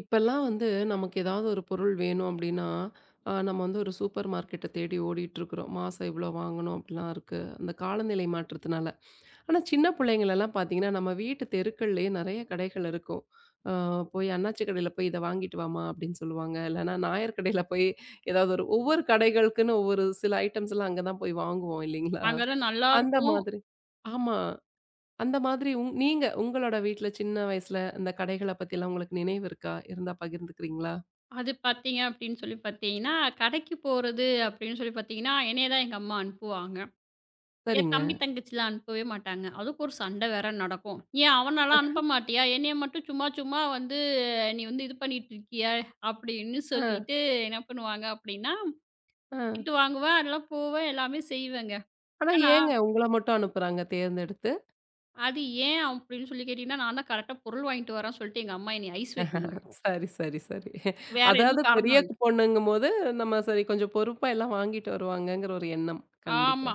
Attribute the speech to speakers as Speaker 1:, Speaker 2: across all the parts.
Speaker 1: இப்பல்லாம் வந்து நமக்கு ஏதாவது ஒரு பொருள் வேணும் அப்படின்னா, நம்ம வந்து ஒரு சூப்பர் மார்க்கெட்ட தேடி ஓடிட்டுருக்குறோம். மாசம் இவ்வளோ வாங்கணும் அப்படிலாம் இருக்கு. அந்த காலநிலை மாற்றத்தினால. ஆனா சின்ன பிள்ளைங்களலாம் பார்த்தீங்கன்னா, நம்ம வீட்டு தெருக்கள்லயே நெறைய கடைகள் இருக்கும். அ போய் அண்ணாச்சி கடையில போய் இத வாங்கிட்டு வாம்மா அப்படின்னு சொல்லுவாங்க. இல்லன்னா நாயர் கடையில போய் ஏதாவது ஒரு ஒவ்வொரு கடைகளுக்குன்னு ஒவ்வொரு சில ஐட்டம்ஸ்லாம் அங்க தான் போய் வாங்குவோம் இல்லைங்களா?
Speaker 2: அங்கலாம்
Speaker 1: அந்த
Speaker 2: நல்லாருக்கும்.
Speaker 1: மாதிரி. ஆமா. அந்த மாதிரி நீங்க உங்களோட வீட்ல சின்ன வயசுல இந்த கடைகள பத்திலாம் உங்களுக்கு நினைவு இருக்கா? இருந்தா பகிர்ந்துக்கிறீங்களா?
Speaker 2: அது பார்த்தீங்க அப்படின்னு சொல்லி பார்த்தீங்கன்னா, கடைக்கு போறது அப்படின்னு சொல்லி பார்த்தீங்கன்னா, என்னைய தான் எங்க அம்மா அனுப்புவாங்க. என்
Speaker 1: சரிங்க.
Speaker 2: தம்பி, தங்கச்சிலாம் அனுப்பவே மாட்டாங்க. அதுக்கு ஒரு சண்டை வேற நடக்கும். "ஏன் அவனலாம் அனுப்ப மாட்டியா? என்னைய மட்டும் சும்மா சும்மா வந்து நீ வந்து இது பண்ணிட்டு இருக்கியே" அப்படின்னு
Speaker 1: ஆ,
Speaker 2: சொல்லிட்டு என்ன பண்ணுவாங்க அப்படின்னா,
Speaker 1: ஆ.
Speaker 2: திட்டு வாங்குவேன். அதெல்லாம் போவேன். எல்லாமே செய்வேங்க.
Speaker 1: ஆனா
Speaker 2: ஆனா,
Speaker 1: ஏங்க உங்கள மட்டும் அனுப்புறாங்க தேர்ந்தெடுத்து?
Speaker 2: அது ஏன் அப்படின்னு சொல்லி கேட்டீங்கன்னா, நான் தான் கரெக்ட்டா பொருள் வாங்கிட்டு வரேன்னு சொல்லிட்டு எங்க அம்மா என்னைய ஐஸ் வைக்குங்க.
Speaker 1: சரி, சரி, சரி.
Speaker 2: வேற
Speaker 1: அதாவது
Speaker 2: எதுவும்
Speaker 1: பெரிய
Speaker 2: காரணம் இல்ல.
Speaker 1: பொண்ணுங்கும்போது நம்ம சரி கொஞ்சம் பொறுப்பா எல்லாம் வாங்கிட்டு வருவாங்கங்கிற ஒரு எண்ணம். கண்டிப்பா.
Speaker 2: ஆமா.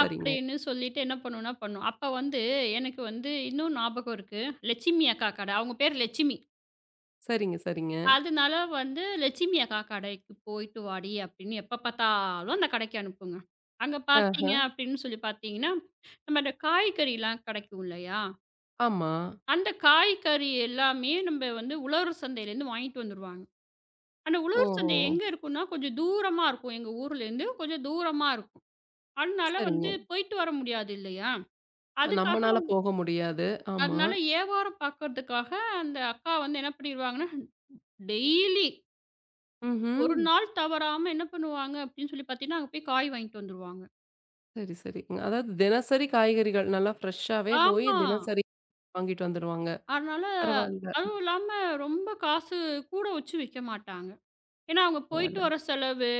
Speaker 1: சரிங்க.
Speaker 2: அப்படின்னு சொல்லிட்டு என்ன பண்ணும்னா பண்ணும். அப்ப வந்து எனக்கு வந்து இன்னும் ஞாபகம் இருக்கு. லட்சுமி அக்கா கடை. அவங்க பேர் லட்சுமி.
Speaker 1: சரிங்க, சரிங்க.
Speaker 2: அதனால வந்து "லட்சுமி அக்கா கடைக்கு போயிட்டு வாடி" அப்படின்னு எப்ப பார்த்தாலும் அந்த கடைக்கு அனுப்புங்க. அங்க
Speaker 1: ஆஹ.
Speaker 2: பார்த்தீங்க அப்படின்னு சொல்லி பார்த்தீங்கன்னா, நம்ம இந்த காய்கறிலாம் கிடைக்கும் இல்லையா?
Speaker 1: ஆமா.
Speaker 2: அந்த காய்கறி எல்லாமே நம்ம வந்து உழவர் சந்தையிலேருந்து வாங்கிட்டு வந்துருவாங்க. அந்த உழவர்
Speaker 1: ஓஹோ!
Speaker 2: சந்தை எங்க இருக்கும்னா, கொஞ்சம் தூரமா இருக்கும். எங்க ஊர்லேருந்து கொஞ்சம் தூரமா இருக்கும். அதனால வந்து
Speaker 1: சரிங்க.
Speaker 2: போயிட்டு வர முடியாது இல்லையா? அதுக்காக
Speaker 1: நம்மனால போக முடியாது. ஆமா.
Speaker 2: அதனால வியாபாரம் பார்க்கறதுக்காக அந்த அக்கா வந்து என்ன பண்ணிடுவாங்கன்னா, டெய்லி
Speaker 1: ம்ஹ்ம்.
Speaker 2: ஒரு நாள் தவறாம என்ன பண்ணுவாங்க அப்படின்னு சொல்லி பார்த்தீங்கன்னா, அங்க போய் காய் வாங்கிட்டு வந்துருவாங்க.
Speaker 1: சரி, சரி. அதாவது தினசரி காய்கறிகள் நல்லா ஃப்ரெஷ்ஷாவே போய்
Speaker 2: ஆமா.
Speaker 1: தினசரி வாங்கிட்டு வந்துருவாங்க.
Speaker 2: அதனால
Speaker 1: பரவால்ல,
Speaker 2: அதுவும் இல்லாம ரொம்ப காசு கூட வச்சு விக்க மாட்டாங்க. ஏன்னா, அவங்க போயிட்டு
Speaker 1: பரவால்ல.
Speaker 2: வர செலவு,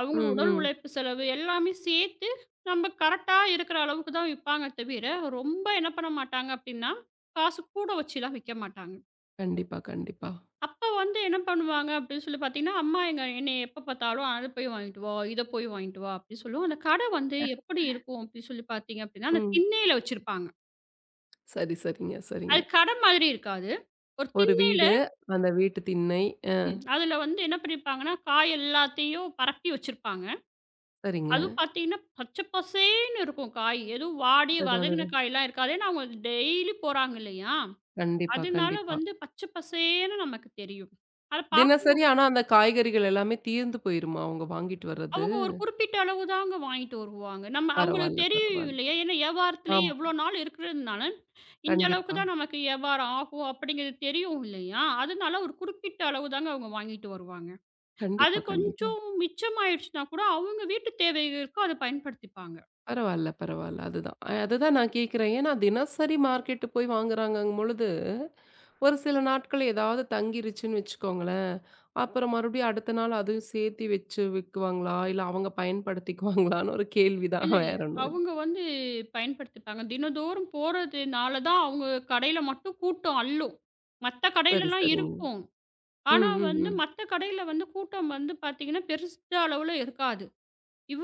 Speaker 2: அவங்களோட
Speaker 1: ம்,
Speaker 2: உடல்
Speaker 1: ம்.
Speaker 2: உழைப்பு செலவு எல்லாமே சேர்த்து நம்ம கரெக்ட்டா இருக்கிற அளவுக்கு தான் விப்பாங்க தவிர, ரொம்ப என்ன பண்ண மாட்டாங்க அப்படின்னா, காசு கூட வச்சுலாம் விக்க மாட்டாங்க.
Speaker 1: கண்டிப்பா, கண்டிப்பா.
Speaker 2: அப்ப வந்து என்ன பண்ணுவாங்க அப்படின்னு சொல்லி பார்த்தீங்கன்னா, அம்மா எங்க என்னைய எப்ப பார்த்தாலும் "அத போய் வாங்கிட்டு வா, இத போய் வாங்கிட்டு வா" அப்படின்னு சொல்லுவோம். அந்த கடை வந்து எப்படி இருக்கும் அப்படின்னு சொல்லி பார்த்தீங்க அப்படின்னா, அந்த
Speaker 1: ம்.
Speaker 2: திண்ணையில வச்சிருப்பாங்க.
Speaker 1: சரி, சரிங்க,
Speaker 2: அது
Speaker 1: சரிங்க.
Speaker 2: கடை மாதிரி இருக்காது. ஒரு
Speaker 1: ஒரு
Speaker 2: திண்ணையில
Speaker 1: வீடு, அந்த வீட்டு திண்ணை. அ
Speaker 2: ம். அதுல வந்து என்ன பண்ணியிருப்பாங்கன்னா, காய் எல்லாத்தையும் பரப்பி வச்சிருப்பாங்க.
Speaker 1: சரிங்க.
Speaker 2: அதுவும் பார்த்தீங்கன்னா, பச்சை பசேல்னு இருக்கும் காய். எதுவும் வாடி
Speaker 1: அதுதான்,
Speaker 2: வதங்கின
Speaker 1: அதுதான்.
Speaker 2: காயெல்லாம் இருக்காது. ஏன்னா அவங்க டெய்லி போறாங்க இல்லையா?
Speaker 1: கண்டிப்பா,
Speaker 2: அதனால
Speaker 1: கண்டிப்பா.
Speaker 2: வந்து பச்சை பசேல்னு நமக்கு தெரியும். அத பார்க்க
Speaker 1: தினசரி ஆனா அந்த காய்கறிகள் எல்லாமே தீர்ந்து போயிருமா? அவங்க வாங்கிட்டு வர்றது?
Speaker 2: அவங்க ஒரு குறிப்பிட்ட அளவு தாங்க வாங்கிட்டு வருவாங்க. நம்ம அவங்களுக்கு
Speaker 1: பரவால்ல,
Speaker 2: தெரியும்
Speaker 1: பரவால்ல.
Speaker 2: இல்லையா? ஏன்னா வியாபாரத்திலேயே
Speaker 1: ஆமா.
Speaker 2: எவ்வளோ நாள் இருக்கிறதுனால, இந்த அளவுக்கு
Speaker 1: கண்டிப்பா.
Speaker 2: தான் நமக்கு வியாபாரம் ஆகும் அப்படிங்கிறது தெரியும் இல்லையா? அதனால ஒரு குறிப்பிட்ட அளவு தாங்க அவங்க வாங்கிட்டு வருவாங்க. அது
Speaker 1: கண்டிப்பா, கண்டிப்பா.
Speaker 2: கொஞ்சம் மிச்சமாயிடுச்சுனா கூட அவங்க வீட்டு தேவைகளுக்கு அத பயன்படுத்திப்பாங்க.
Speaker 1: பரவால்ல, பரவால்ல. அதுதான். அதுதான் நான் கேட்கிறேன். ஏன்னா தினசரி மார்க்கெட்டு போய் வாங்குறாங்கங்கும் பொழுது ஒரு சில நாட்கள் ஏதாவது தங்கிருச்சுன்னு வச்சுக்கோங்களேன். அப்புறம் மறுபடியும் அடுத்த நாள் அதையும் சேர்த்து வச்சு விக்குவாங்களா? இல்ல அவங்க பயன்படுத்திக்குவாங்களான்னு ஒரு கேள்வி தான்.
Speaker 2: இல்ல, இல்ல.
Speaker 1: வேற ஒண்ணும் இல்ல.
Speaker 2: அவங்க வந்து பயன்படுத்திப்பாங்க. தினந்தோறும் போறதுனால தான் அவங்க கடையில மட்டும் கூட்டம் அள்ளும். மத்த
Speaker 1: சரி,
Speaker 2: கடையிலலாம்
Speaker 1: சரிங்க.
Speaker 2: இருக்கும்.
Speaker 1: ம்,
Speaker 2: ஆனா
Speaker 1: ம்,
Speaker 2: வந்து
Speaker 1: ம்.
Speaker 2: மத்த கடையில வந்து கூட்டம் வந்து பார்த்தீங்கன்னா, பெருசா அளவுல இருக்காது.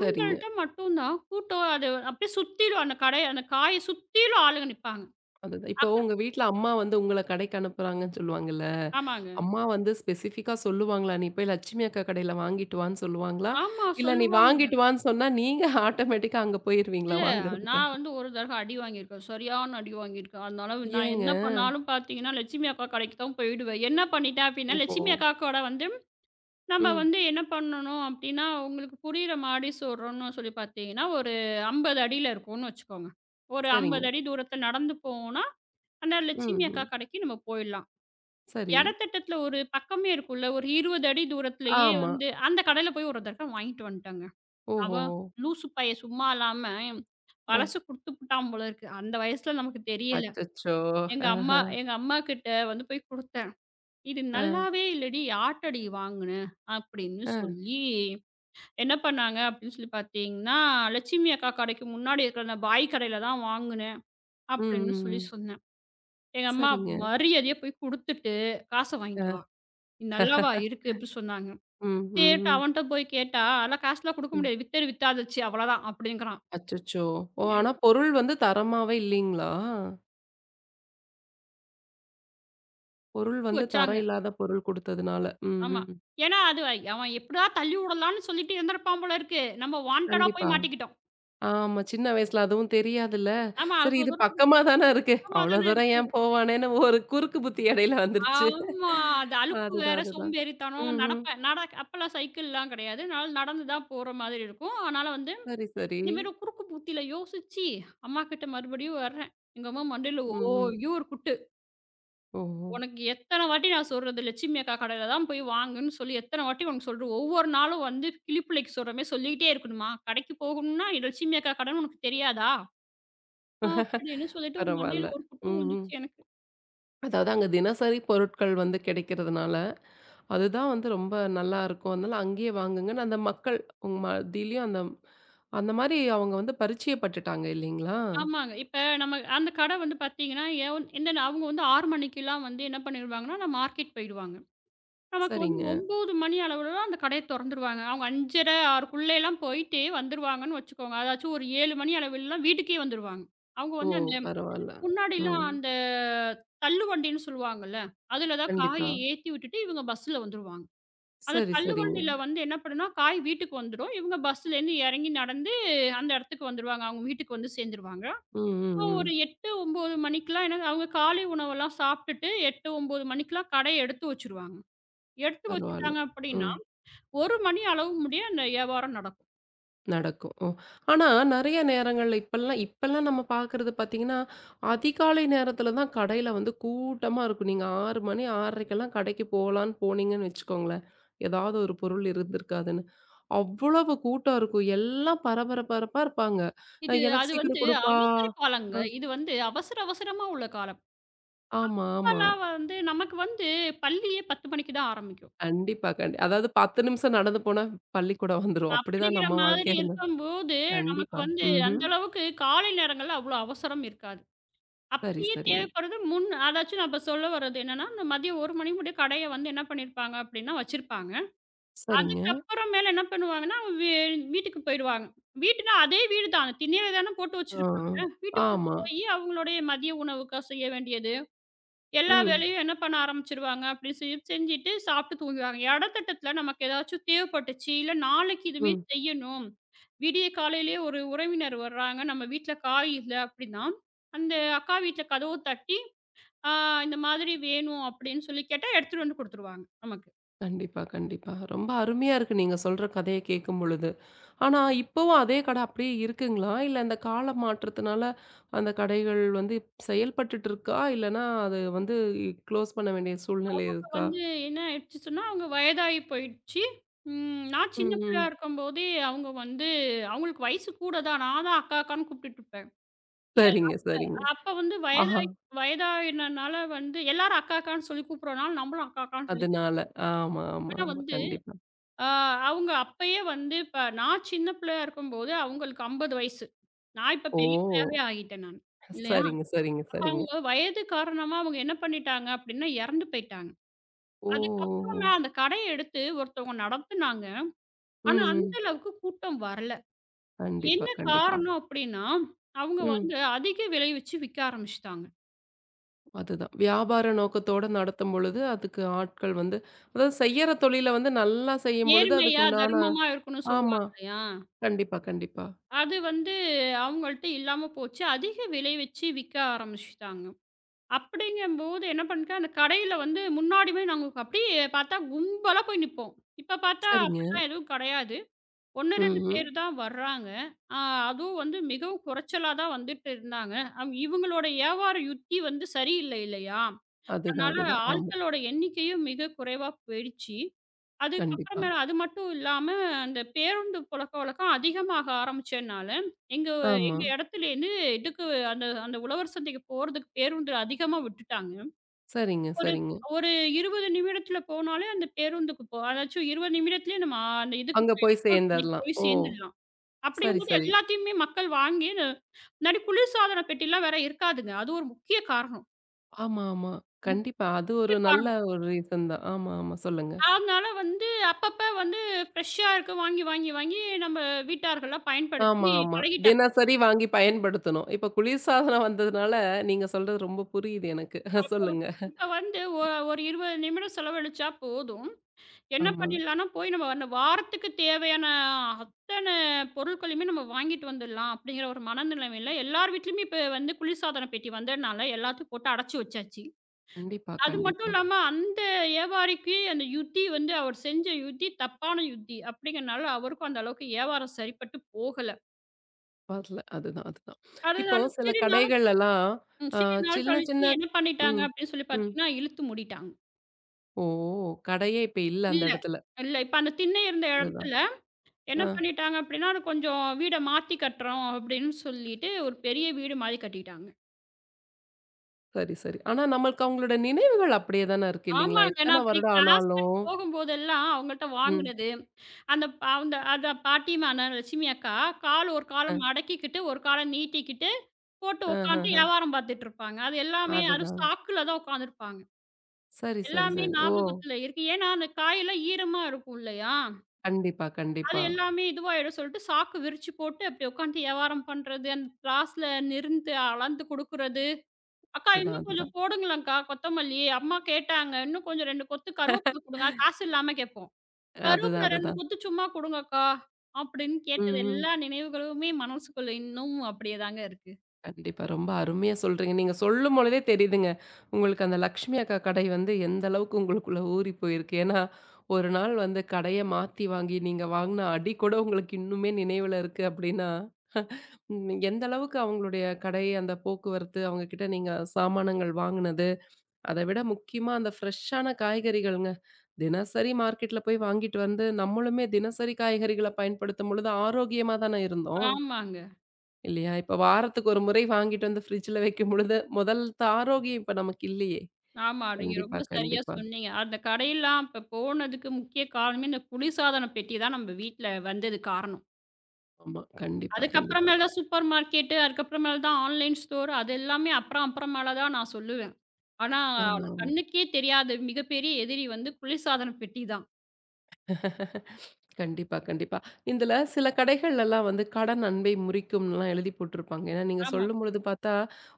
Speaker 1: சரிங்க.
Speaker 2: மட்டும் தான் கூட்டம் அது அப்படியே சுத்திலும் அந்த கடைய அந்த காய சுத்திலும் ஆளுங்க நிப்பாங்க.
Speaker 1: அதுதான். இப்போ
Speaker 2: அக்கா
Speaker 1: உங்க வீட்ல அம்மா வந்து உங்கள கடைக்கு அனுப்புறாங்கன்னு சொல்லுவாங்கல்ல.
Speaker 2: ஆமாங்க.
Speaker 1: அம்மா வந்து ஸ்பெசிஃபிக்கா சொல்லுவாங்களா? "நீ போய் லட்சுமி அக்கா கடையில வாங்கிட்டு வான்னு" சொல்லுவாங்களா?
Speaker 2: ஆமா
Speaker 1: இல்ல நீ
Speaker 2: சொல்லுவாங்க.
Speaker 1: வாங்கிட்டு வான்னு சொன்னா நீங்க ஆட்டோமேட்டிக்கா அங்க போயிருவீங்களா
Speaker 2: இல்ல
Speaker 1: வாங்குறதுக்கா?
Speaker 2: நான் வந்து ஒரு தடவ அடி வாங்கியிருக்கேன். சரியான அடி வாங்கியிருக்கேன். அதனால நான்
Speaker 1: ஏங்க?
Speaker 2: என்ன பண்ணாலும் பார்த்தீங்கன்னா, லட்சுமி அக்கா கடைக்கு தான் போயிடுவேன். என்ன பண்ணிட்டேன் அப்படின்னா,
Speaker 1: ஓஹோ!
Speaker 2: லட்சுமி அக்கா கூட வந்து நம்ம
Speaker 1: ம்.
Speaker 2: வந்து என்ன பண்ணணும் அப்படின்னா, உங்களுக்கு புரியிற மாடி சொல்றோம்னு சொல்லி பார்த்தீங்கன்னா, ஒரு 50 அடியில இருக்கும்னு வச்சுக்கோங்க. ஒரு
Speaker 1: சரிங்க.
Speaker 2: 50 அடி தூரத்த நடந்து போனா, அந்த
Speaker 1: ம்,
Speaker 2: லட்சுமி அக்கா
Speaker 1: ம்.
Speaker 2: கடைக்கு நம்ம போயிடலாம்.
Speaker 1: சரி.
Speaker 2: எடத்திட்டத்துல ஒரு பக்கமே இருக்கும்ல. ஒரு 20 அடி தூரத்திலேயே
Speaker 1: ஆமா.
Speaker 2: வந்து அந்த கடையில போய் ஒரு தடவ வாங்கிட்டு வந்துட்டேங்க.
Speaker 1: ஓஹோ!
Speaker 2: அவன் லூசு பையன் சும்மா இல்லாம
Speaker 1: அ.
Speaker 2: வலசு குடுத்துப்புட்டான் போல இருக்கு. அந்த வயசுல நமக்கு தெரியல.
Speaker 1: அச்சச்சோ!
Speaker 2: எங்க
Speaker 1: ஆஹ.
Speaker 2: அம்மா எங்க அம்மாகிட்ட வந்து போய் குடுத்தேன். "இது
Speaker 1: அ,
Speaker 2: நல்லாவே இல்லடி, யார்ட்டடி வாங்குன?" அப்படின்னு
Speaker 1: அ.
Speaker 2: சொல்லி என்ன பண்ணாங்க அப்படின்னு சொல்லி பார்த்தீங்கன்னா, "லட்சுமி அக்கா கடைக்கு முன்னாடி இருக்கிற அந்த பாய் கடையில தான் வாங்குனேன்."
Speaker 1: ம், ம்,
Speaker 2: அப்படின்னு சொல்லி
Speaker 1: ம்.
Speaker 2: சொன்னேன். எங்க அம்மா
Speaker 1: சரிங்க.
Speaker 2: மரியாதையா போய் குடுத்துட்டு, "காச வாங்கிட்டு
Speaker 1: அ.
Speaker 2: வா. இது நல்லாவா இருக்கு?" அப்படி சொன்னாங்க.
Speaker 1: ம், ம்,
Speaker 2: கேட்டா
Speaker 1: ம்,
Speaker 2: அவன்ட்ட போய் கேட்டா, "அதெல்லாம் காசுலாம் குடுக்க
Speaker 1: ம்.
Speaker 2: முடியாது. வித்தது வித்தாதுச்சு அவ்வளதான்" அப்படிங்கிறான்.
Speaker 1: அச்சச்சோ! ஓ! ஆனா பொருள் வந்து தரமாவே இல்லீங்களா? பொருள்
Speaker 2: எடுத்து
Speaker 1: வந்து
Speaker 2: வச்சாங்க.
Speaker 1: தரம் இல்லாத பொருள் குடுத்ததுனால. ம்,
Speaker 2: ஆமா.
Speaker 1: ம்.
Speaker 2: ஏன்னா அது அவன் எப்படியா தள்ளி விடலான்னு சொல்லிட்டு இருந்திருப்பான் போல இருக்கு. நம்ம வாண்டடா
Speaker 1: கண்டிப்பா.
Speaker 2: போய் மாட்டிக்கிட்டோம்.
Speaker 1: ஆமா. சின்ன வயசுல அதுவும் தெரியாதுல்ல.
Speaker 2: ஆமா,
Speaker 1: சரி
Speaker 2: அவ்வளோ
Speaker 1: இது
Speaker 2: தூரத்துக்கு
Speaker 1: பக்கமா தானே இருக்கு.
Speaker 2: சுத்தமா
Speaker 1: அவ்வளோ
Speaker 2: தானே
Speaker 1: தூரம்
Speaker 2: இருக்கு.
Speaker 1: ஏன் போவானேன்னு ஒரு குறுக்கு புத்தி இடையில வந்துருச்சு.
Speaker 2: ஆமா. அது அலுப்பு
Speaker 1: அதுதான்,
Speaker 2: வேற,
Speaker 1: அதுதான்.
Speaker 2: சோம்பேறித்தனம்.
Speaker 1: ம்ஹ்ம்.
Speaker 2: நடப்பேன். அப்பலாம் சைக்கிள்லாம் கிடையாது. அதனால நடந்து தான் போற மாதிரி இருக்கும். அதனால வந்து
Speaker 1: சரி, சரி.
Speaker 2: இந்த மாரி குறுக்கு புத்தியில யோசிச்சு, அம்மாகிட்ட மறுபடியும் வர்றேன். எங்க அம்மா மண்டையில
Speaker 1: ம், ம்.
Speaker 2: ஓய்யும் ஒரு குட்டி
Speaker 1: ஓஹோ!
Speaker 2: உனக்கு எத்தன வாட்டி நான் சொல்றது, லட்சுமி அக்கா கடையில தான் போய் வாங்குன்னு சொல்லி எத்தன வாட்டி உனக்கு சொல்றது? ஒவ்வொரு நாளும் வந்து கிளிப்பிள்ளைக்கு சொல்ற மாரி சொல்லிக்கிட்டே இருக்கணுமா? கடைக்கு போகணும்னா இது லட்சுமி அக்கா கடைன்னு உனக்கு தெரியாதா? ம். அப்படின்னு சொல்லிட்டு ஒரு
Speaker 1: பரவால்ல.
Speaker 2: மண்டையில ஒரு குத்து
Speaker 1: ம், ம்.
Speaker 2: விழுந்துச்சு எனக்கு.
Speaker 1: அதாவது அங்க தினசரி பொருட்கள் வந்து கிடைக்கிறதுனால, அதுதான் வந்து ரொம்ப நல்லா இருக்கும். அதனால அங்கேயே வாங்குங்கன்னு அந்த மக்கள் உங்க மத்தியிலயும் அந்த அந்த மாரி அவங்க வந்து பரிச்சயப்பட்டுட்டாங்க இல்லைங்களா?
Speaker 2: ஆமாங்க. இப்ப நம்ம அந்த கடை வந்து பார்த்தீங்கன்னா, எந்தன அவங்க வந்து 6 மணிக்கெல்லாம் வந்து என்ன பண்ணிருவாங்கன்னா, நான் மார்க்கெட் போயிடுவாங்க. நமக்கு வந்து
Speaker 1: சரிங்க.
Speaker 2: 9 மணி அளவுலலாம் அந்த கடைய தொறந்துருவாங்க. அவங்க 5:30, 6க்குள்ளலாம் போயிட்டு வந்துருவாங்கன்னு வச்சுக்கோங்க. அதாச்சும் ஒரு 7 மணி அளவிலலாம் வீட்டுக்கே வந்துருவாங்க. அவங்க
Speaker 1: ஓ!
Speaker 2: வந்து அந்த
Speaker 1: பரவால்ல.
Speaker 2: முன்னாடிலாம்
Speaker 1: ம்.
Speaker 2: அந்த தள்ளுவண்டின்னு சொல்லுவாங்கல்ல, அதுல தான் காய
Speaker 1: கண்டிப்பா.
Speaker 2: ஏத்தி விட்டுட்டு இவங்க பஸ்ல வந்துருவாங்க. அந்த
Speaker 1: சரி, சரிங்க.
Speaker 2: தள்ளுவண்டியில வந்து என்ன பண்ணும்னா, காய் வீட்டுக்கு வந்துரும். இவங்க பஸ்லேருந்து இறங்கி நடந்து அந்த இடத்துக்கு வந்துருவாங்க. அவங்க வீட்டுக்கு வந்து சேர்ந்துருவாங்க.
Speaker 1: ம், ம்,
Speaker 2: அப்போ ஒரு
Speaker 1: ம்.
Speaker 2: 8, 9 மணிக்கெல்லாம் என்ன அவங்க காலை உணவெல்லாம் சாப்பிட்டுட்டு 8, 9 மணிக்கெல்லாம் கடைய எடுத்து வச்சுருவாங்க. எடுத்து
Speaker 1: பரவால்ல.
Speaker 2: வச்சுட்டாங்க அப்படின்னா,
Speaker 1: ம்.
Speaker 2: 1 மணி அளவு முடிய அந்த வியாபாரம் நடக்கும்.
Speaker 1: நடக்கும். ஓ! ஆனா நெறைய நேரங்கள்ல இப்பல்லாம் இப்பல்லாம் நம்ம பார்க்குறது பார்த்தீங்கன்னா, அதிகாலை நேரத்தில தான் கடையில வந்து கூட்டமா இருக்கும். நீங்க 6 மணி 6:30க்கெல்லாம் கடைக்கு போலான்னு போனீங்கன்னு வச்சுக்கோங்களேன். ஏதாவது ஒரு பொருள் இருந்திருக்காதுன்னு. அவ்வளவு கூட்டம் இருக்கும். எல்லாம் பரபர பரப்பா இருப்பாங்க.
Speaker 2: இது
Speaker 1: "எனக்கு
Speaker 2: அது வந்து
Speaker 1: சீக்கிரம் குடுப்பா"
Speaker 2: அவசர காலங்க.
Speaker 1: அ
Speaker 2: இது வந்து அவசர அவசரமா உள்ள காலம்.
Speaker 1: ஆமா, ஆமா.
Speaker 2: இப்பல்லாம் வந்து நமக்கு வந்து பள்ளியே 10 மணிக்கு தான் ஆரம்பிக்கும்.
Speaker 1: கண்டிப்பா, கண்டி அதாவது 10 நிமிஷம் நடந்து போனா பள்ளிக்கூடம் வந்துரும். அப்படிதான்
Speaker 2: அப்படிங்கிற
Speaker 1: நம்ம
Speaker 2: மாதிரி
Speaker 1: வாழ்க்கையா இருந்தது.
Speaker 2: இருக்கும்போது, நமக்கு
Speaker 1: கண்டிப்பா.
Speaker 2: வந்து அந்த
Speaker 1: ம்ஹ்ம்.
Speaker 2: அளவுக்கு காலை நேரங்கள்ல அவ்வளோ அவசரம் இருக்காது.
Speaker 1: சரி,
Speaker 2: அப்படியே
Speaker 1: சரிங்க.
Speaker 2: தேவைப்படுது முன் அதாச்சும் நான் இப்ப சொல்ல வர்றது என்னன்னா, இந்த மதியம் 1 மணி முடிய கடைய வந்து என்ன பண்ணியிருப்பாங்க அப்படின்னா வச்சிருப்பாங்க.
Speaker 1: சரிங்க.
Speaker 2: அதுக்கப்புறம் மேல என்ன பண்ணுவாங்கன்னா, வீட்டுக்கு போயிடுவாங்க. வீடுனா அதே வீடு தான். திண்ணையில தானே போட்டு
Speaker 1: ஆ, ஆ.
Speaker 2: வச்சிருப்பாங்க. வீட்டுக்குள்ள
Speaker 1: ஆமா.
Speaker 2: போயி அவங்களுடைய மதிய உணவுக்கா செய்ய வேண்டியது. எல்லா
Speaker 1: ம்,
Speaker 2: வேலையும் என்ன பண்ண ஆரம்பிச்சுருவாங்க அப்படின்னு சொல்லி செஞ்சுட்டு சாப்பிட்டு தூங்குவாங்க. எடத்திட்டத்தில நமக்கு ஏதாச்சும் தேவைப்பட்டுச்சு, இல்ல நாளைக்கு இதுமாரி
Speaker 1: ம்.
Speaker 2: செய்யணும். விடிய காலையிலேயே ஒரு உறவினர் வர்றாங்க, நம்ம வீட்ல காய் இல்ல அப்படின்னா, அந்த அக்கா வீட்ல கதவு தட்டி, ஆ இந்த மாதிரி வேணும் அப்படின்னு சொல்லி கேட்டா, எடுத்துட்டு வந்து குடுத்துருவாங்க நமக்கு.
Speaker 1: கண்டிப்பா, கண்டிப்பா. ரொம்ப அருமையா இருக்கு நீங்க சொல்ற கதைய கேட்கும் பொழுது. ஆனா இப்பவும் அதே கடை அப்படியே இருக்குங்களா? இல்ல இந்த கால மாற்றத்தினால அந்த கடைகள் வந்து செயல்பட்டுட்டு இருக்கா? இல்லன்னா அது வந்து க்ளோஸ் பண்ண வேண்டிய சூழ்நிலை
Speaker 2: இப்ப
Speaker 1: இருக்கா?
Speaker 2: வந்து என்ன ஆயிடுச்சு சொன்னா, அவங்க வயதாகி போயிடுச்சு. ம் நான்
Speaker 1: ம்,
Speaker 2: சின்ன பிள்ளையா
Speaker 1: ம்.
Speaker 2: இருக்கும்போதே, அவங்க வந்து அவங்களுக்கு வயசு கூட தான். நான் தான் அக்கா, அக்கான்னு கூப்பிட்டுட்டு இருப்பேன்.
Speaker 1: சரிங்க, சரிங்க.
Speaker 2: அப்ப வந்து
Speaker 1: ஆஹா.
Speaker 2: வயதாய் வயதாயினனால வந்து எல்லாரும் அக்கா, அக்கான்னு சொல்லி கூப்பிடுறனால, நம்மளும் அக்கா, அக்கான்னு சொல்லி
Speaker 1: அதனால. ஆமா, ஆமா,
Speaker 2: ஆனா
Speaker 1: ஆமா.
Speaker 2: வந்து
Speaker 1: கண்டிப்பா.
Speaker 2: அ அவங்க அப்பயே வந்து இப்ப நான் சின்ன பிள்ளையா இருக்கும்போது அவங்களுக்கு 50 வயசு. நான் இப்ப
Speaker 1: ஓ!
Speaker 2: பெரிய பிள்ளையாவே ஆகிட்டேன் நானு. இல்லையா?
Speaker 1: சரிங்க, சரிங்க,
Speaker 2: அப்ப
Speaker 1: சரிங்க.
Speaker 2: அவங்க வயது காரணமா அவங்க என்ன பண்ணிட்டாங்க அப்டின்னா, இறந்து போயிட்டாங்க.
Speaker 1: ஓ! ஓ! ஓ.
Speaker 2: அதுக்கப்புறம் தான் அந்த கடைய எடுத்து ஒருத்தவங்க நடத்துனாங்க.
Speaker 1: ம்,
Speaker 2: ஆனா அந்த
Speaker 1: ம்.
Speaker 2: அளவுக்கு கூட்டம் வரல.
Speaker 1: கண்டிப்பா,
Speaker 2: என்ன
Speaker 1: கண்டிப்பா.
Speaker 2: காரணம் அப்டின்னா, அவங்க
Speaker 1: ம்.
Speaker 2: வந்து அதிக விலை வச்சு விக்க ஆரம்பிச்சுட்டாங்க.
Speaker 1: அதுதான். வியாபார நோக்கத்தோட நடத்தும் பொழுது, அதுக்கு ஆட்கள் வந்து அதாவது செய்யற தொழில வந்து நல்லா செய்யும் பொழுது
Speaker 2: நேர்மையா,
Speaker 1: அதுக்குண்டான
Speaker 2: தர்மமா இருக்கணும்னு
Speaker 1: ஆமா.
Speaker 2: சொல்லுவாங்க இல்லையா?
Speaker 1: கண்டிப்பா, கண்டிப்பா.
Speaker 2: அது வந்து அவங்கள்ட்ட இல்லாம போச்சு. அதிக விலை வச்சு விக்க ஆரம்பிச்சுட்டாங்க. அப்படிங்கும்போது என்ன பண்ணிட்டேன், அந்த கடையில வந்து முன்னாடி போய் நாங்க அப்படியே பார்த்தா கும்பலா போய் நிப்போம். இப்ப பார்த்தா
Speaker 1: சரிங்க.
Speaker 2: அப்படிலாம் எதுவும் கிடையாது. 1, 2
Speaker 1: ம்ஹ்ம்.
Speaker 2: பேர் தான் வர்றாங்க. ஆ அதுவும் வந்து மிகவும் குறைச்சலா தான் வந்துட்டு இருந்தாங்க. இவங்களோட வியாபார யுத்தி வந்து சரியில்லை இல்லையா?
Speaker 1: அதுதான்,
Speaker 2: அதனால
Speaker 1: அதுதான். ஆமா.
Speaker 2: ஆட்களோட எண்ணிக்கையும் மிக குறைவா போயிடுச்சு.
Speaker 1: கண்டிப்பா.
Speaker 2: அதுக்கப்புறமேல அது மட்டும் இல்லாம, அந்த பேருந்து புழக்கவழக்கம் அதிகமாக ஆரம்பிச்சதுனால, எங்க
Speaker 1: ஆமா.
Speaker 2: எங்க இடத்துலேருந்து இதுக்கு அந்த அந்த உழவர் சந்தைக்கு போறதுக்கு பேருந்து அதிகமா விட்டுட்டாங்க.
Speaker 1: சரிங்க,
Speaker 2: ஒரு
Speaker 1: சரிங்க.
Speaker 2: ஒரு 20 நிமிடத்தில போனாலே அந்த பேருந்துக்கு போ அதாச்சும் 20 நிமிடத்திலேயே நம்ம அந்த இதுக்கு
Speaker 1: அங்க போய்
Speaker 2: போயிடலாம்
Speaker 1: சேர்ந்தரலாம்.
Speaker 2: போய்
Speaker 1: ஓ!
Speaker 2: சேர்ந்துடலாம்.
Speaker 1: சரி,
Speaker 2: அப்படிங்கும்போது
Speaker 1: சரி.
Speaker 2: எல்லாத்தையுமே மக்கள் வாங்கி இந்த- முன்னாடி குளிர்சாதன பெட்டிலாம் வேற இருக்காதுங்க. அது ஒரு முக்கிய காரணம்.
Speaker 1: ஆமா, ஆமா. கண்டிப்பா. அது
Speaker 2: முக்கிய
Speaker 1: ஒரு நல்ல
Speaker 2: காரணம்
Speaker 1: ஒரு ரீசன் தான். ஆமா, ஆமா. சொல்லுங்க.
Speaker 2: அதனால வந்து அப்பப்ப வந்து ஃப்ரெஷ்ஷா இருக்கு வாங்கி, வாங்கி, வாங்கி நம்ம வீட்டார்கள்லாம் பயன்படுத்தி
Speaker 1: ஆமா, ஆமா.
Speaker 2: பழகிட்டாங்க.
Speaker 1: தினசரி வாங்கி பயன்படுத்தணும். இப்ப குளிர்சாதனம் வந்ததுனால, நீங்க சொல்றது ரொம்ப புரியுது எனக்கு.
Speaker 2: அப்ப வ
Speaker 1: சொல்லுங்க.
Speaker 2: இப்ப வந்து ஒரு 20 நிமிடம் செலவழிச்சா போதும். என்ன
Speaker 1: ஆமா.
Speaker 2: பண்ணிடலாம்னா, போய் நம்ம அந்த வாரத்துக்கு தேவையான அத்தன பொருட்களையுமே நம்ம வாங்கிட்டு வந்துடலாம் அப்படிங்கிற ஒரு மனநிலைமையில எல்லார் வீட்லயுமே இப்ப வந்து குளிர்சாதன பெட்டி வந்ததுனால எல்லாத்தையும் போட்டு அடைச்சு வச்சாச்சு.
Speaker 1: கண்டிப்பா,
Speaker 2: அது மட்டும்
Speaker 1: கண்டிப்பா.
Speaker 2: இல்லாம அந்த வியாபாரிக்கு அந்த யுத்தி வந்து அவர் செஞ்ச யுத்தி தப்பான யுத்தி அப்படிங்கிறனால அவருக்கும் அந்த அளவுக்கு வியாபாரம் சரிப்பட்டு போகல.
Speaker 1: வரல. அதுதான், அதுதான். இப்போ
Speaker 2: அதனால
Speaker 1: சில
Speaker 2: சிறு நாளும்
Speaker 1: கடைகள்லலாம்
Speaker 2: ம்
Speaker 1: அ
Speaker 2: சிறு நாள்
Speaker 1: சின்ன
Speaker 2: கழிச்சு
Speaker 1: சின்ன
Speaker 2: என்ன பண்ணிட்டாங்க
Speaker 1: ம்,
Speaker 2: அப்படின்னு சொல்லி
Speaker 1: ம்.
Speaker 2: பார்த்தீங்கன்னா, இழுத்து மூடிட்டாங்க.
Speaker 1: ஓ! கடையே இப்ப இல்ல அந்த
Speaker 2: இல்ல,
Speaker 1: இடத்துல.
Speaker 2: இல்ல. இப்ப அந்த திண்ணை இருந்த
Speaker 1: அதுதான்.
Speaker 2: இடத்துல என்ன
Speaker 1: ஆ
Speaker 2: பண்ணிட்டாங்க அப்படின்னா, அது கொஞ்சம் வீட மாத்தி கட்டுறோம் அப்படின்னு சொல்லிட்டு ஒரு பெரிய வீடு மாரி கட்டிட்டாங்க.
Speaker 1: சரி, சரி. ஆனா நம்மளுக்கு அவங்களோட நினைவுகள் அப்படியே தானே இருக்கு இல்லைங்களா?
Speaker 2: ஆமாங்க. நான்
Speaker 1: எத்தன
Speaker 2: அப்படி
Speaker 1: வருடம்
Speaker 2: கிராஸ் பண்ணி
Speaker 1: ஆனாலும்.
Speaker 2: போகும்போதெல்லாம் அவங்கள்ட்ட
Speaker 1: ம்.
Speaker 2: வாங்குனது, அந்த அந்த பாட்டியமான லட்சுமி அக்கா, கால் ஒரு கால
Speaker 1: அ,
Speaker 2: மடக்கிக்கிட்டு, ஒரு கால நீட்டிக்கிட்டு போட்டு உட்காந்துட்டு
Speaker 1: அஹஹ.
Speaker 2: வியாபாரம் பார்த்துட்டு இருப்பாங்க. அது எல்லாமே அது
Speaker 1: அதுதான்.
Speaker 2: சாக்குல தான் உட்காந்துருப்பாங்க.
Speaker 1: சரி, சரி,
Speaker 2: எல்லாமே
Speaker 1: சரி. ஓ!
Speaker 2: ஞாபகத்துல இருக்கு. ஏன்னா, அந்த காயெல்லாம் ஈரமா இருக்கும் இல்லையா?
Speaker 1: கண்டிப்பா,
Speaker 2: அது
Speaker 1: கண்டிப்பா.
Speaker 2: எல்லாமே இதுவாயிடும் சொல்ட்டு, சாக்கு விரிச்சு போட்டு அப்படி உட்காந்துட்டு வியாவாரம் பண்றது, அந்த திராஸ்ல நிறுந்து அளந்து குடுக்குறது. "அக்கா
Speaker 1: அதுதான்,
Speaker 2: இன்னும் கொஞ்சம்
Speaker 1: அதுதான்.
Speaker 2: போடுங்களேன்க்கா கொத்தமல்லி. அம்மா கேட்டாங்க. இன்னும் கொஞ்சம் 2 கொத்து கருவேப்பில குடுங்க." காசு இல்லாம கேட்போம்.
Speaker 1: அதுதான்,
Speaker 2: "கருவேப்பில 2
Speaker 1: அதுதான்.
Speaker 2: கொத்து சும்மா குடுங்கக்கா." அப்படின்னு
Speaker 1: ம்,
Speaker 2: கேட்டது
Speaker 1: ம்.
Speaker 2: எல்லா நினைவுகளுமே மனசுக்குள்ள இன்னமும் அப்படியே தாங்க இருக்கு.
Speaker 1: கண்டிப்பா. ரொம்ப அருமையா சொல்றீங்க. நீங்க சொல்லும்பொழுதே தெரியுதுங்க. உங்களுக்கு அந்த லக்ஷ்மி அக்கா கடை வந்து எந்த அளவுக்கு உங்களுக்குள்ள ஊறி போயிருக்கு. ஏன்னா, ஒரு நாள் வந்து கடைய மாத்தி வாங்கி நீங்க வாங்குன அடி கூட உங்களுக்கு இன்னுமே நினைவுல இருக்கு அப்டின்னா, ம் எந்த அளவுக்கு அவங்களுடைய கடை, அந்த போக்குவரத்து, அவங்க கிட்ட நீங்க சாமானங்கள் வாங்குனது, அத விட முக்கியமா அந்த ஃப்ரெஷ்ஷான காய்கறிகள்ங்க. தினசரி மார்க்கெட்ல போய் வாங்கிட்டு வந்து, நம்மளுமே தினசரி காய்கறிகள பயன்படுத்தும் பொழுது ஆரோக்கியமா தானே இருந்தோம்.
Speaker 2: ஆமாங்க.
Speaker 1: இல்லையா? இப்ப வாரத்துக்கு ஒரு முறை வாங்கிட்டு வந்து ஃப்ரிட்ஜ்ல வைக்கும்பொழுது, முதல் ஆரோக்கியம் இப்ப நமக்கு இல்லையே!
Speaker 2: ஆமா. நீங்க
Speaker 1: கண்டிப்பா,
Speaker 2: ரொம்ப சரியா
Speaker 1: கண்டிப்பா.
Speaker 2: சொன்னீங்க. அந்த கடையெல்லாம் அப்ப போனதுக்கு முக்கிய காரணமே, இந்த குளிர்சாதன பெட்டி தான் நம்ம வீட்ல வந்தது காரணம்.
Speaker 1: ஆமா. கண்டிப்பா, கண்டிப்பா.
Speaker 2: அதுக்கப்புறமேல தான் சூப்பர் மார்க்கெட்டு, அதுக்கப்புறமேல தான் ஆன்லைன் ஸ்டோர் அது எல்லாமே அப்புறம் அப்புறமேல தான் நான் சொல்லுவேன். ஆனா,
Speaker 1: ஆமா, ஆமா.
Speaker 2: கண்ணுக்கே தெரியாத மிகப்பெரிய எதிரி வந்து குளிர்சாதன பெட்டி தான்.
Speaker 1: கண்டிப்பா, கண்டிப்பா. இதுல சில கடைகள்லலாம் வந்து கடன் அன்பை முறிக்கும்லாம் எழுதி போட்டிருப்பாங்க. ஏன்னா, நீங்க
Speaker 2: ஆமா.
Speaker 1: சொல்லும்பொழுது பார்த்தா,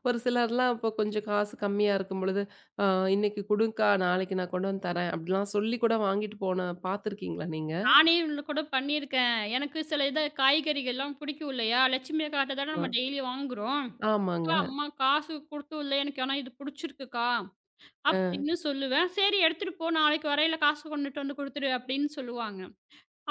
Speaker 1: ஒரு சிலர்லாம் இப்போ கொஞ்சம் காசு கம்மியா இருக்கும்பொழுது, "ஆ இன்னைக்கு குடுங்க்கா, நாளைக்கு நான் கொண்டு வந்து தரேன்" அப்படிலாம் சொல்லி கூட வாங்கிட்டு போன பார்த்துருக்கீங்களா நீங்க?
Speaker 2: நானே இதில கூட பண்ணியிருக்கேன். எனக்கு சில இத காய்கறிகள்லாம் பிடிக்கும் இல்லையா? லட்சுமி அக்காட்ட தானே
Speaker 1: ஆ.
Speaker 2: நம்ம டெய்லி வாங்குறோம்.
Speaker 1: ஆமாங்க.
Speaker 2: அக்கா, அம்மா காசு குடுத்தும் இல்ல. எனக்கு ஆனா இது பிடிச்சிருக்குக்கா.
Speaker 1: ஆ.
Speaker 2: அப்படின்னு சொல்லுவேன். "சரி எடுத்துட்டு போ. நாளைக்கு வரையில காசு கொண்டுட்டு வந்து குடுத்துரு" அப்படின்னு சொல்லுவாங்க.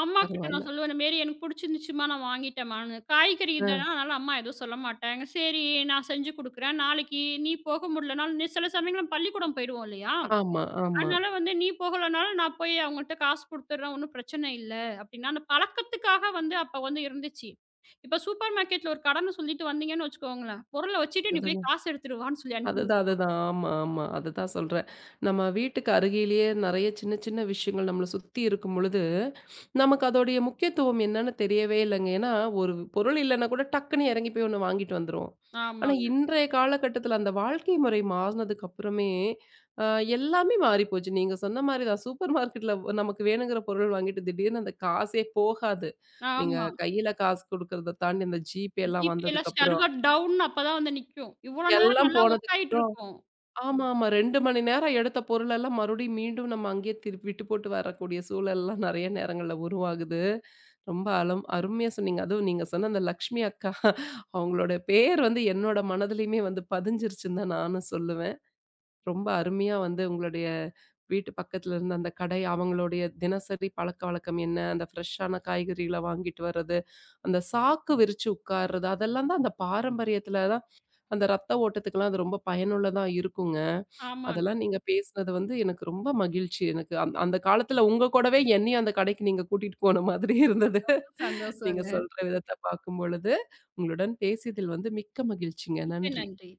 Speaker 2: அம்மாகிட்ட நான்
Speaker 1: பரவால்ல.
Speaker 2: சொல்லுவேன், "இந்த மாரி எனக்கு புடிச்சிருந்துச்சும்மா, நான் வாங்கிட்டேம்மான்னு." காய்கறி ம்.
Speaker 1: ஆ.
Speaker 2: இதெல்லாம் அதனால அம்மா எதுவும் சொல்ல மாட்டாங்க. "சரி நான் செஞ்சு குடுக்குறேன். நாளைக்கு நீ போக முடியலனாலும்" சில சமயங்கள்ல பள்ளிக்கூடம் போயிடுவோம் இல்லையா?
Speaker 1: ஆமா, ஆமா.
Speaker 2: அதனால வந்து, "நீ போகலனாலும் நான் போய் அவங்கள்ட்ட காசு குடுத்துடுறேன். ஒண்ணும் பிரச்சனை இல்ல." அப்படின்னா, அந்த பழக்கத்துக்காக வந்து அப்ப வந்து இருந்துச்சு. இப்ப சூப்பர் மார்க்கெட்ல ஒரு கடன்னு சொல்லிட்டு வந்தீங்கன்னு வச்சுக்கோங்களேன், பொருள வச்சுட்டு, "நீ
Speaker 1: அது
Speaker 2: போய் காசு எடுத்துட்டு வான்னு" சொல்லி அனுப்பி
Speaker 1: அதுதான், அதுதான். ஆமா, ஆமா. அததான் சொல்றேன். நம்ம வீட்டுக்கு அருகிலேயே நெறைய சின்ன, சின்ன விஷயங்கள் நம்மள சுத்தி இருக்கும் பொழுது, நமக்கு அதோடைய முக்கியத்துவம் என்னன்னு தெரியவே இல்லங்க. ஏன்னா, ஒரு பொருள் இல்லன்னா கூட டக்குன்னு இறங்கி போய் ஒண்ணு வாங்கிட்டு வந்துருவோம். ஆனா,
Speaker 2: ஆமாங்க.
Speaker 1: இன்றைய காலகட்டத்தில அந்த வாழ்க்கை முறை மாறுனதுக்கு அப்புறமே, அ எல்லாமே மாறிப்போச்சு. நீங்க சொன்ன மாரி தான். சூப்பர் மார்க்கெட்ல நமக்கு வேணுங்கிற பொருள் வாங்கிட்டு திடீர்னு அந்த காசே போகாது. நீங்க
Speaker 2: ஆமா.
Speaker 1: கையில காசு குடுக்கறத தாண்டி அந்த ஜிபேலாம்
Speaker 2: ஜிபேல
Speaker 1: வந்ததுக்கப்புறம்,
Speaker 2: சர்வர் டவுன்னு அப்பதான் வந்து நிக்கும். இவ்வளோ நேரம்
Speaker 1: எல்லாம்
Speaker 2: நல்லா ஒர்க் ஆயிட்டு
Speaker 1: போனதுக்கப்புறம்
Speaker 2: இருக்கும்.
Speaker 1: ஆமா, ஆமா. 2 மணி நேரம் எடுத்த பொருளெல்லாம் மறுபடியும் மீண்டும் நம்ம அங்கேயே திருப்பி விட்டு போட்டு வரக்கூடிய சூழல்லாம் நெறைய நேரங்கள்ல உருவாகுது. ரொம்ப அருமையா சொன்னீங்க. அதுவும் நீங்க சொன்ன அந்த லக்ஷ்மி அக்கா அவங்களோட பேர் வந்து என்னோட மனதிலயுமே வந்து பதிஞ்சிருச்சுன்னு தான் நானும் சொல்லுவேன். ரொம்ப அருமையா வந்து உங்களுடைய வீட்டு பக்கத்துல இருந்த அந்த கடை, அவங்களுடைய தினசரி பழக்கவழக்கம் என்ன? அந்த ஃப்ரெஷ்ஷான காய்கறிகள வாங்கிட்டு வர்றது, அந்த சாக்கு விரிச்சு உட்கார்றது, அதெல்லாம் தான் அந்த பாரம்பரியத்துல தான் அந்த ரத்த ஓட்டத்துக்கெல்லாம் அது ரொம்ப பயனுள்ளதா இருக்குங்க.
Speaker 2: ஆமாங்க.
Speaker 1: அதெல்லாம் நீங்க பேசினது வந்து எனக்கு ரொம்ப மகிழ்ச்சி. எனக்கு அந்த காலத்துல உங்க கூடவே என்னையும் அந்த கடைக்கு நீங்க கூட்டிட்டு போன மாதிரி இருந்தது.
Speaker 2: ரொம்ப
Speaker 1: நீங்க
Speaker 2: சந்தோஷங்க.
Speaker 1: சொல்ற விதத்த பார்க்கும்பொழுது. உங்களுடன் பேசியதில் வந்து மிக்க மகிழ்ச்சிங்க.
Speaker 2: மிக்க
Speaker 1: நன்றி.
Speaker 2: நன்றி.